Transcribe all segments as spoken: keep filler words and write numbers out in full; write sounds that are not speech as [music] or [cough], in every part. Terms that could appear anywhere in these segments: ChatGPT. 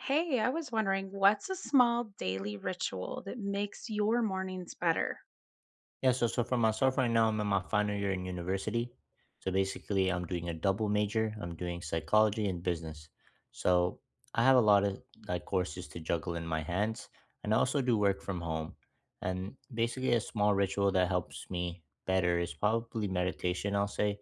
Hey, I was wondering, what's a small daily ritual that makes your mornings better? Yeah, so so for myself right now, I'm in my final year in university. So basically, I'm doing a double major. I'm doing psychology and business. So I have a lot of like courses to juggle in my hands, and I also do work from home. And basically, a small ritual that helps me better is probably meditation. I'll say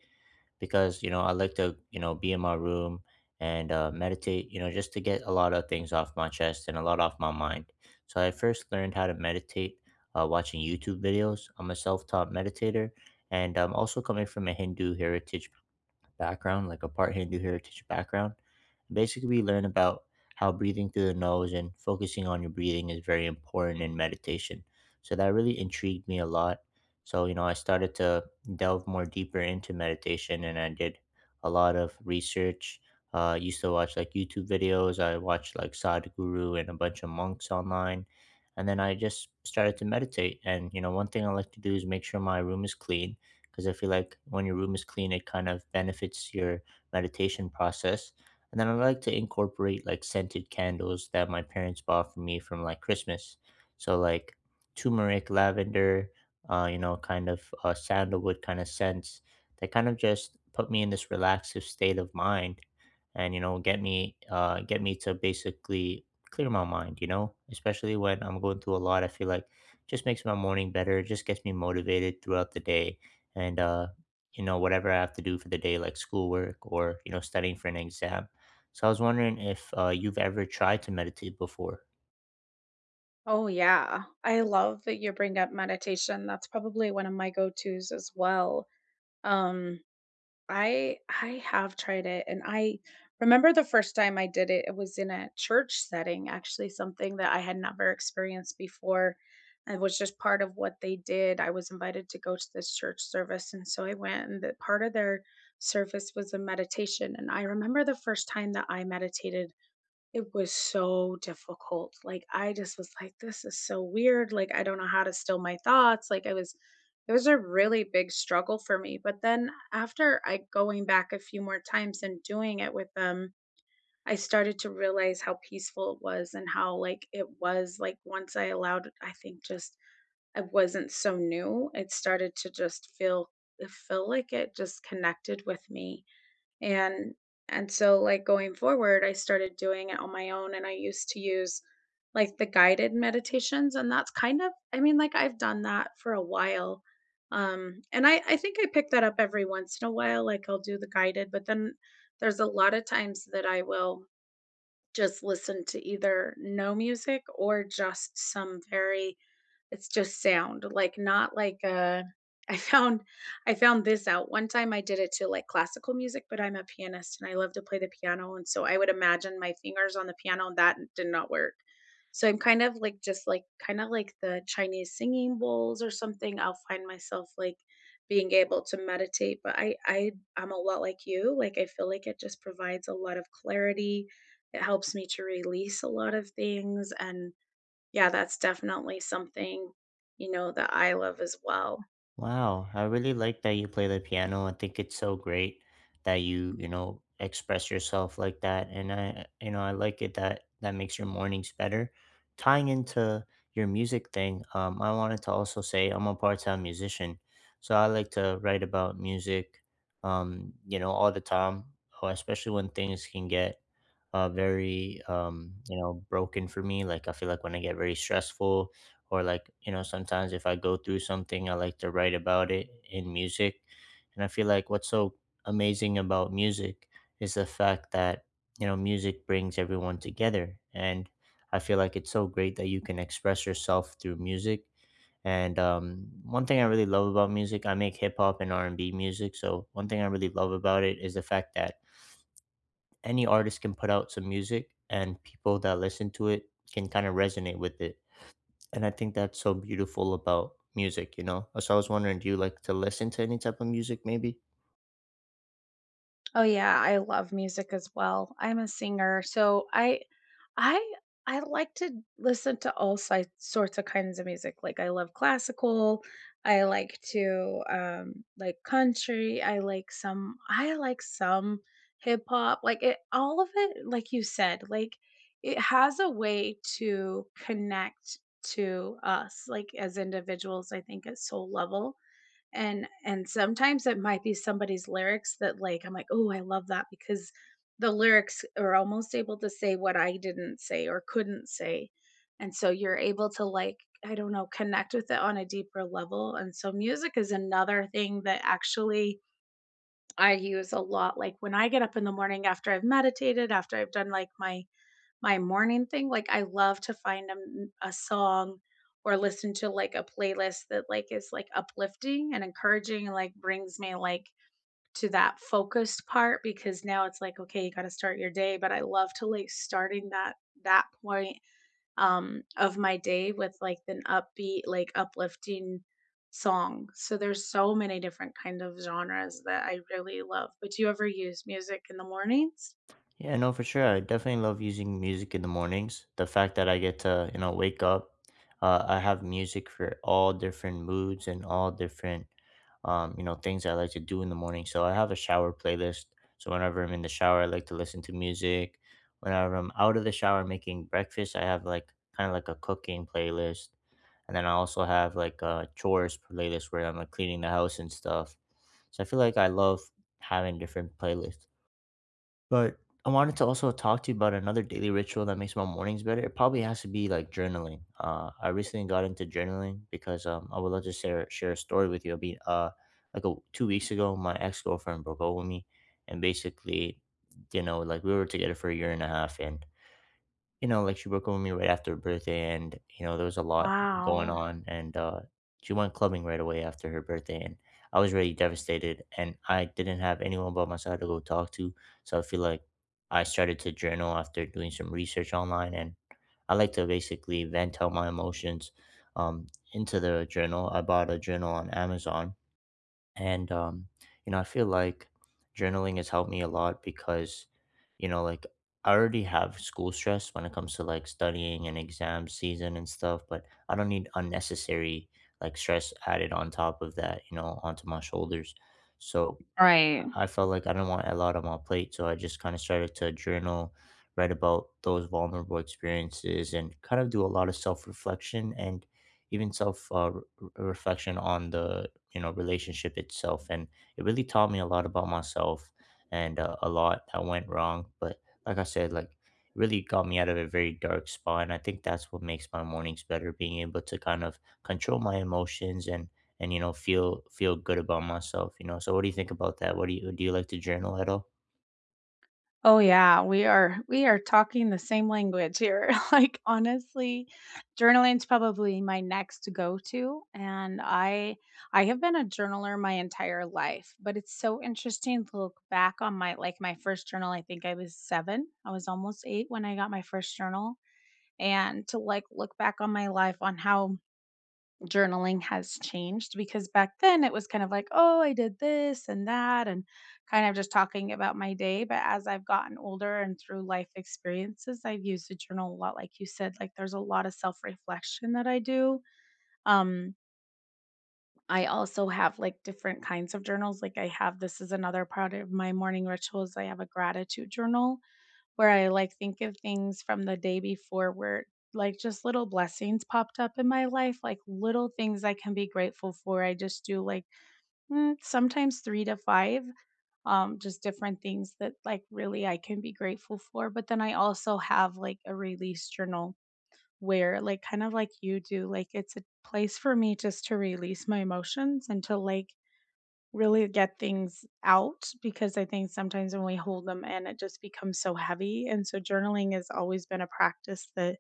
because you know I like to you know be in my room and uh, meditate you know just to get a lot of things off my chest and a lot off my mind. So I first learned how to meditate uh, watching YouTube videos. I'm a self-taught meditator, and I'm also coming from a Hindu heritage background, like a part Hindu heritage background. Basically, we learn about how breathing through the nose and focusing on your breathing is very important in meditation. So that really intrigued me a lot. So, you know, I started to delve more deeper into meditation and I did a lot of research. Uh, I used to watch like YouTube videos. I watched like Sadhguru and a bunch of monks online. And then I just started to meditate. And, you know, one thing I like to do is make sure my room is clean because I feel like when your room is clean, it kind of benefits your meditation process. And then I like to incorporate like scented candles that my parents bought for me from like Christmas. So like turmeric, lavender, uh, you know, kind of uh, sandalwood kind of scents that kind of just put me in this relaxive state of mind and you know get me uh get me to basically clear my mind you know especially when I'm going through a lot. I feel like just makes my morning better, just gets me motivated throughout the day and uh, you know whatever I have to do for the day, like schoolwork or you know studying for an exam. So I was wondering if uh, you've ever tried to meditate before. Oh, yeah. I love that you bring up meditation. That's probably one of my go-tos as well. Um, I I have tried it, and I remember the first time I did it, it was in a church setting, actually, something that I had never experienced before. It was just part of what they did. I was invited to go to this church service, and so I went, and the part of their service was a meditation. And I remember the first time that I meditated, it was so difficult. Like, I just was like, "This is so weird." Like, I don't know how to still my thoughts. Like, I was it was a really big struggle for me, but then after I going back a few more times and doing it with them, I started to realize how peaceful it was and how, like, it was, like, once I allowed, I think just I wasn't so new, it started to just feel it felt like it just connected with me. And and so, like, going forward, I started doing it on my own, and I used to use, like, the guided meditations, and that's kind of, I mean, like, I've done that for a while. Um, and I I think I pick that up every once in a while. Like, I'll do the guided, but then there's a lot of times that I will just listen to either no music or just some very— it's just sound, like, not like, uh [laughs] I found I found this out. One time I did it to, like, classical music, but I'm a pianist and I love to play the piano, and so I would imagine my fingers on the piano, and that did not work. So I'm kind of like just like kinda like the Chinese singing bowls or something, I'll find myself, like, being able to meditate, but I I I'm a lot like you. Like, I feel like it just provides a lot of clarity. It helps me to release a lot of things, and yeah, that's definitely something, you know, that I love as well. Wow, I really like that you play the piano. I think it's so great that you, you know, express yourself like that. And I, you know, I like it that that makes your mornings better. Tying into your music thing, um, I wanted to also say I'm a part-time musician. So I like to write about music, um, you know, all the time, or especially when things can get uh, very, um, you know, broken for me. Like I feel like when I get very stressful, or like you know sometimes if I go through something I like to write about it in music and I feel like what's so amazing about music is the fact that you know music brings everyone together and I feel like it's so great that you can express yourself through music and um, one thing I really love about music, I make hip-hop and r&b music, so one thing I really love about it is the fact that any artist can put out some music and people that listen to it can kind of resonate with it and I think that's so beautiful about music, you know? So I was wondering, do you like to listen to any type of music maybe? Oh yeah, I love music as well. I'm a singer, so I I I like to listen to all si- sorts of kinds of music. Like, I love classical, I like to um like country, I like some I like some hip hop. Like, it— all of it, like you said, like, it has a way to connect to us, like, as individuals. I think at soul level. And and sometimes it might be somebody's lyrics that, like, I'm like, oh, I love that, because the lyrics are almost able to say what I didn't say or couldn't say, and so you're able to, like, I don't know, connect with it on a deeper level. And so music is another thing that actually I use a lot, like when I get up in the morning, after I've meditated, after I've done like my my morning thing. Like, I love to find a, m- a song or listen to like a playlist that, like, is like uplifting and encouraging and like brings me like to that focused part, because now it's like, okay, you got to start your day. But I love to like starting that that point um of my day with like an upbeat, like, uplifting song. So there's so many different kind of genres that I really love. But do you ever use music in the mornings? Yeah, no, for sure. I definitely love using music in the mornings. The fact that I get to, you know, wake up, uh, I have music for all different moods and all different, um, you know, things I like to do in the morning. So I have a shower playlist. So whenever I'm in the shower, I like to listen to music. Whenever I'm out of the shower making breakfast, I have like kind of like a cooking playlist. And then I also have like a chores playlist where I'm like cleaning the house and stuff. So I feel like I love having different playlists, but I wanted to also talk to you about another daily ritual that makes my mornings better. It probably has to be like journaling. Uh, I recently got into journaling because um, I would love to share share a story with you. I mean, uh, like a, two weeks ago, my ex girlfriend broke up with me, and basically, you know, like we were together for a year and a half, and you know, like, she broke up with me right after her birthday, and, you know, there was a lot going Wow. on, and, uh, she went clubbing right away after her birthday, and I was really devastated, and I didn't have anyone but myself to go talk to, so I feel like I started to journal after doing some research online, and I like to basically vent out my emotions, um, into the journal. I bought a journal on Amazon and um you know I feel like journaling has helped me a lot because you know like I already have school stress when it comes to like studying and exam season and stuff, but I don't need unnecessary like stress added on top of that, you know, onto my shoulders. So Right. I felt like I didn't want a lot on my plate, so I just kind of started to journal, write about those vulnerable experiences, and kind of do a lot of self reflection and even self uh, re- reflection on the you know relationship itself. And it really taught me a lot about myself and uh, a lot that went wrong. But like I said, like really got me out of a very dark spot and I think that's what makes my mornings better, being able to kind of control my emotions and and you know feel feel good about myself, you know? So what do you think about that? What do you, do you like to journal at all? Oh yeah, we are we are talking the same language here. [laughs] Like, honestly, journaling's probably my next go to and I I have been a journaler my entire life, but it's so interesting to look back on my like my first journal. I think I was seven. I was almost eight when I got my first journal and to, like, look back on my life on how journaling has changed, because back then it was kind of like, oh, I did this and that, and kind of just talking about my day. But as I've gotten older and through life experiences, I've used the journal a lot. Like you said, like, there's a lot of self reflection that I do. Um, I also have like different kinds of journals. Like I have this is another part of my morning rituals. I have a gratitude journal where I, like, think of things from the day before, where, like, just little blessings popped up in my life, like little things I can be grateful for. I just do, like, mm, sometimes three to five, um, just different things that, like, really I can be grateful for. But then I also have like a release journal, where, like, kind of like you do, like, it's a place for me just to release my emotions, and to, like, really get things out, because I think sometimes when we hold them in, it just becomes so heavy. And so journaling has always been a practice that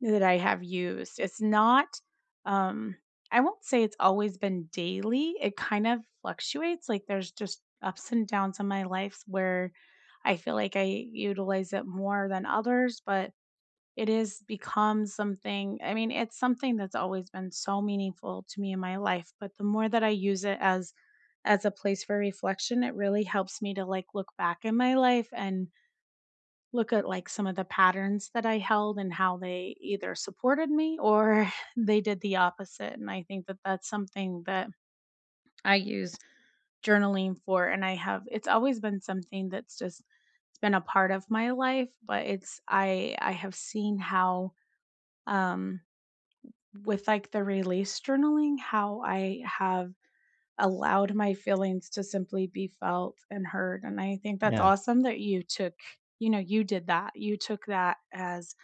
that I have used. It's not um I won't say it's always been daily. It kind of fluctuates. Like, there's just ups and downs in my life where I feel like I utilize it more than others, but it is become something— I mean, it's something that's always been so meaningful to me in my life, but the more that I use it as as a place for reflection, it really helps me to, like, look back in my life and look at, like, some of the patterns that I held and how they either supported me or [laughs] they did the opposite, and I think that that's something that I use journaling for, and I have it's always been something that's just— it's been a part of my life, but it's I I have seen how, um with, like, the release journaling, how I have allowed my feelings to simply be felt and heard. And I think that's yeah awesome that you took you know, you did that. You took that as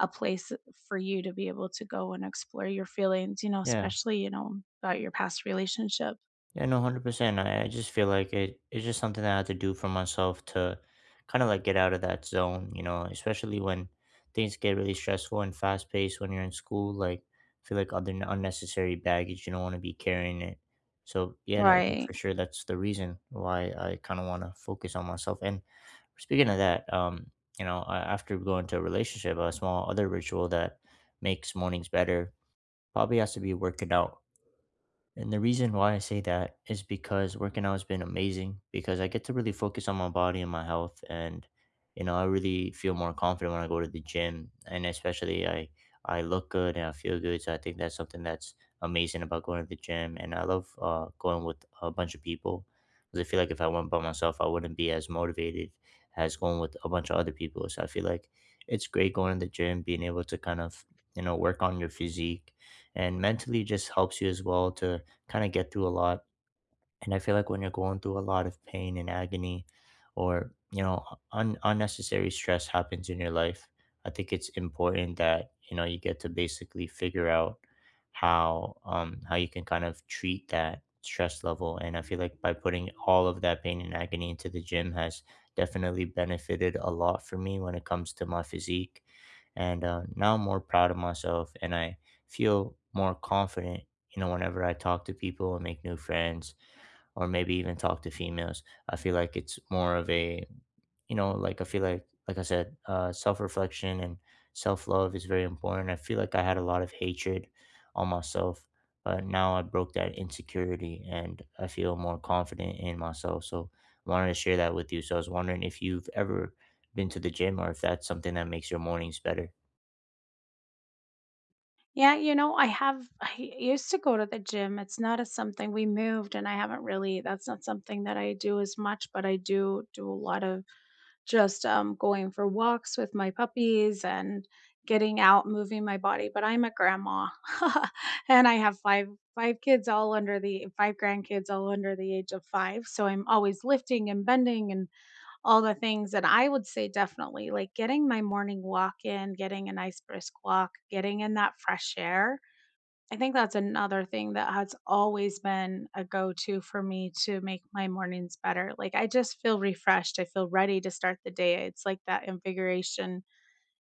a place for you to be able to go and explore your feelings, you know, yeah especially, you know, about your past relationship. yeah no, one hundred percent i, I just feel like it, it's just something that I have to do for myself to kind of like get out of that zone, you know, especially when things get really stressful and fast paced when you're in school. Like I feel like other n- unnecessary baggage you don't want to be carrying it, so yeah, like Right. for sure that's the reason why I kind of want to focus on myself. And speaking of that, um, you know, a- after we go into a relationship, a small other ritual that makes mornings better probably has to be working out, and the reason why I say that is because working out has been amazing because I get to really focus on my body and my health and you know, I really feel more confident when I go to the gym, and especially I I look good and I feel good. So I think that's something that's amazing about going to the gym, and I love uh, going with a bunch of people because I feel like if I went by myself, I wouldn't be as motivated as going with a bunch of other people. So I feel like it's great going to the gym, being able to kind of, you know, work on your physique and mentally just helps you as well to kind of get through a lot. And I feel like when you're going through a lot of pain and agony or, you know, un- unnecessary stress happens in your life, I think it's important that, you know, you get to basically figure out how um how you can kind of treat that stress level, and I feel like by putting all of that pain and agony into the gym has definitely benefited a lot for me when it comes to my physique and uh, now I'm more proud of myself and I feel more confident, you know, whenever I talk to people and make new friends or maybe even talk to females. I feel like it's more of a, you know, like I feel like, like I said, uh, self reflection and self love is very important. I feel like I had a lot of hatred on myself, but now I broke that insecurity and I feel more confident in myself. So I wanted to share that with you. So I was wondering if you've ever been to the gym or if that's something that makes your mornings better. Yeah, you know, I have I used to go to the gym. It's not a— something we moved, and I haven't really that's not something that I do as much, but I do do a lot of. Just, um, going for walks with my puppies and getting out, moving my body, but I'm a grandma, [laughs] and I have 5 5 kids all under the five grandkids all under the age of five, so I'm always lifting and bending and all the things. And I would say definitely, like, getting my morning walk in, getting a nice brisk walk, getting in that fresh air— I think that's another thing that has always been a go-to for me to make my mornings better. Like, I just feel refreshed. I feel ready to start the day. It's like that invigoration.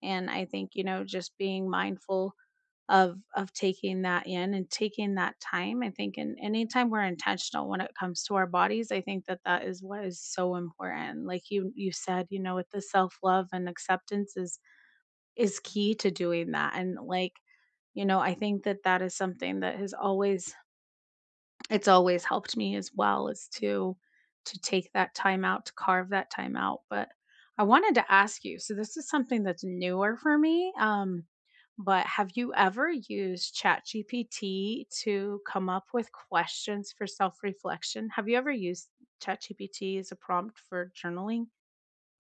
And I think, you know, just being mindful of of taking that in and taking that time. I think in anytime we're intentional when it comes to our bodies, I think that that is what is so important. Like, you you said, you know, with the self-love and acceptance is is key to doing that. And, like, you know I think that that is something that has always it's always helped me as well, is to to take that time out, to carve that time out. But I wanted to ask you, so this is something that's newer for me, um, but have you ever used ChatGPT to come up with questions for self-reflection? Have you ever used ChatGPT as a prompt for journaling?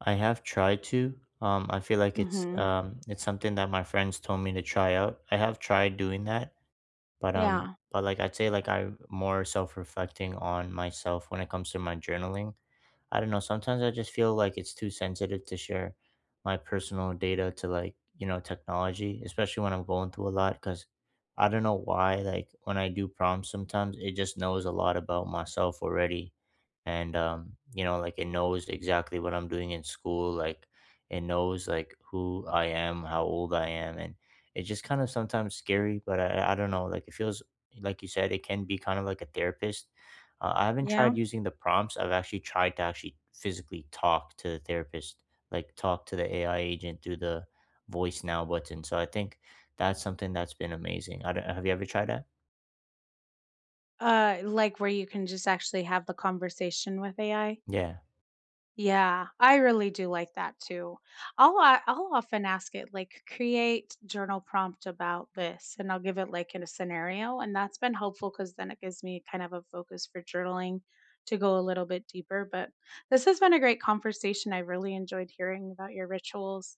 I have tried to. Um, I feel like Mm. it's Mhm. um, it's something that my friends told me to try out. I have tried doing that, but um Yeah. but like I'd say like I'm more self-reflecting on myself when it comes to my journaling. I don't know. Sometimes I just feel like it's too sensitive to share my personal data to, like, you know, technology, especially when I'm going through a lot. Cause I don't know why, like, when I do prompts sometimes, it just knows a lot about myself already. And, um, you know, like it knows exactly what I'm doing in school. Like it knows like who I am, how old I am. And it's just kind of sometimes scary, but I, I don't know. Like it feels, like you said, it can be kind of like a therapist. uh, I haven't Yeah. tried using the prompts. I've actually tried to actually physically talk to the therapist, like talk to the A I agent through the voice now button. So I think that's something that's been amazing. I don't, have you ever tried that? Uh, like where you can just actually have the conversation with A I? Yeah. Yeah, I really do like that too. I'll o- I'll often ask it, like, create journal prompt about this, and I'll give it, like, in a scenario, and that's been helpful, cuz then it gives me kind of a focus for journaling to go a little bit deeper. But this has been a great conversation. I really enjoyed hearing about your rituals.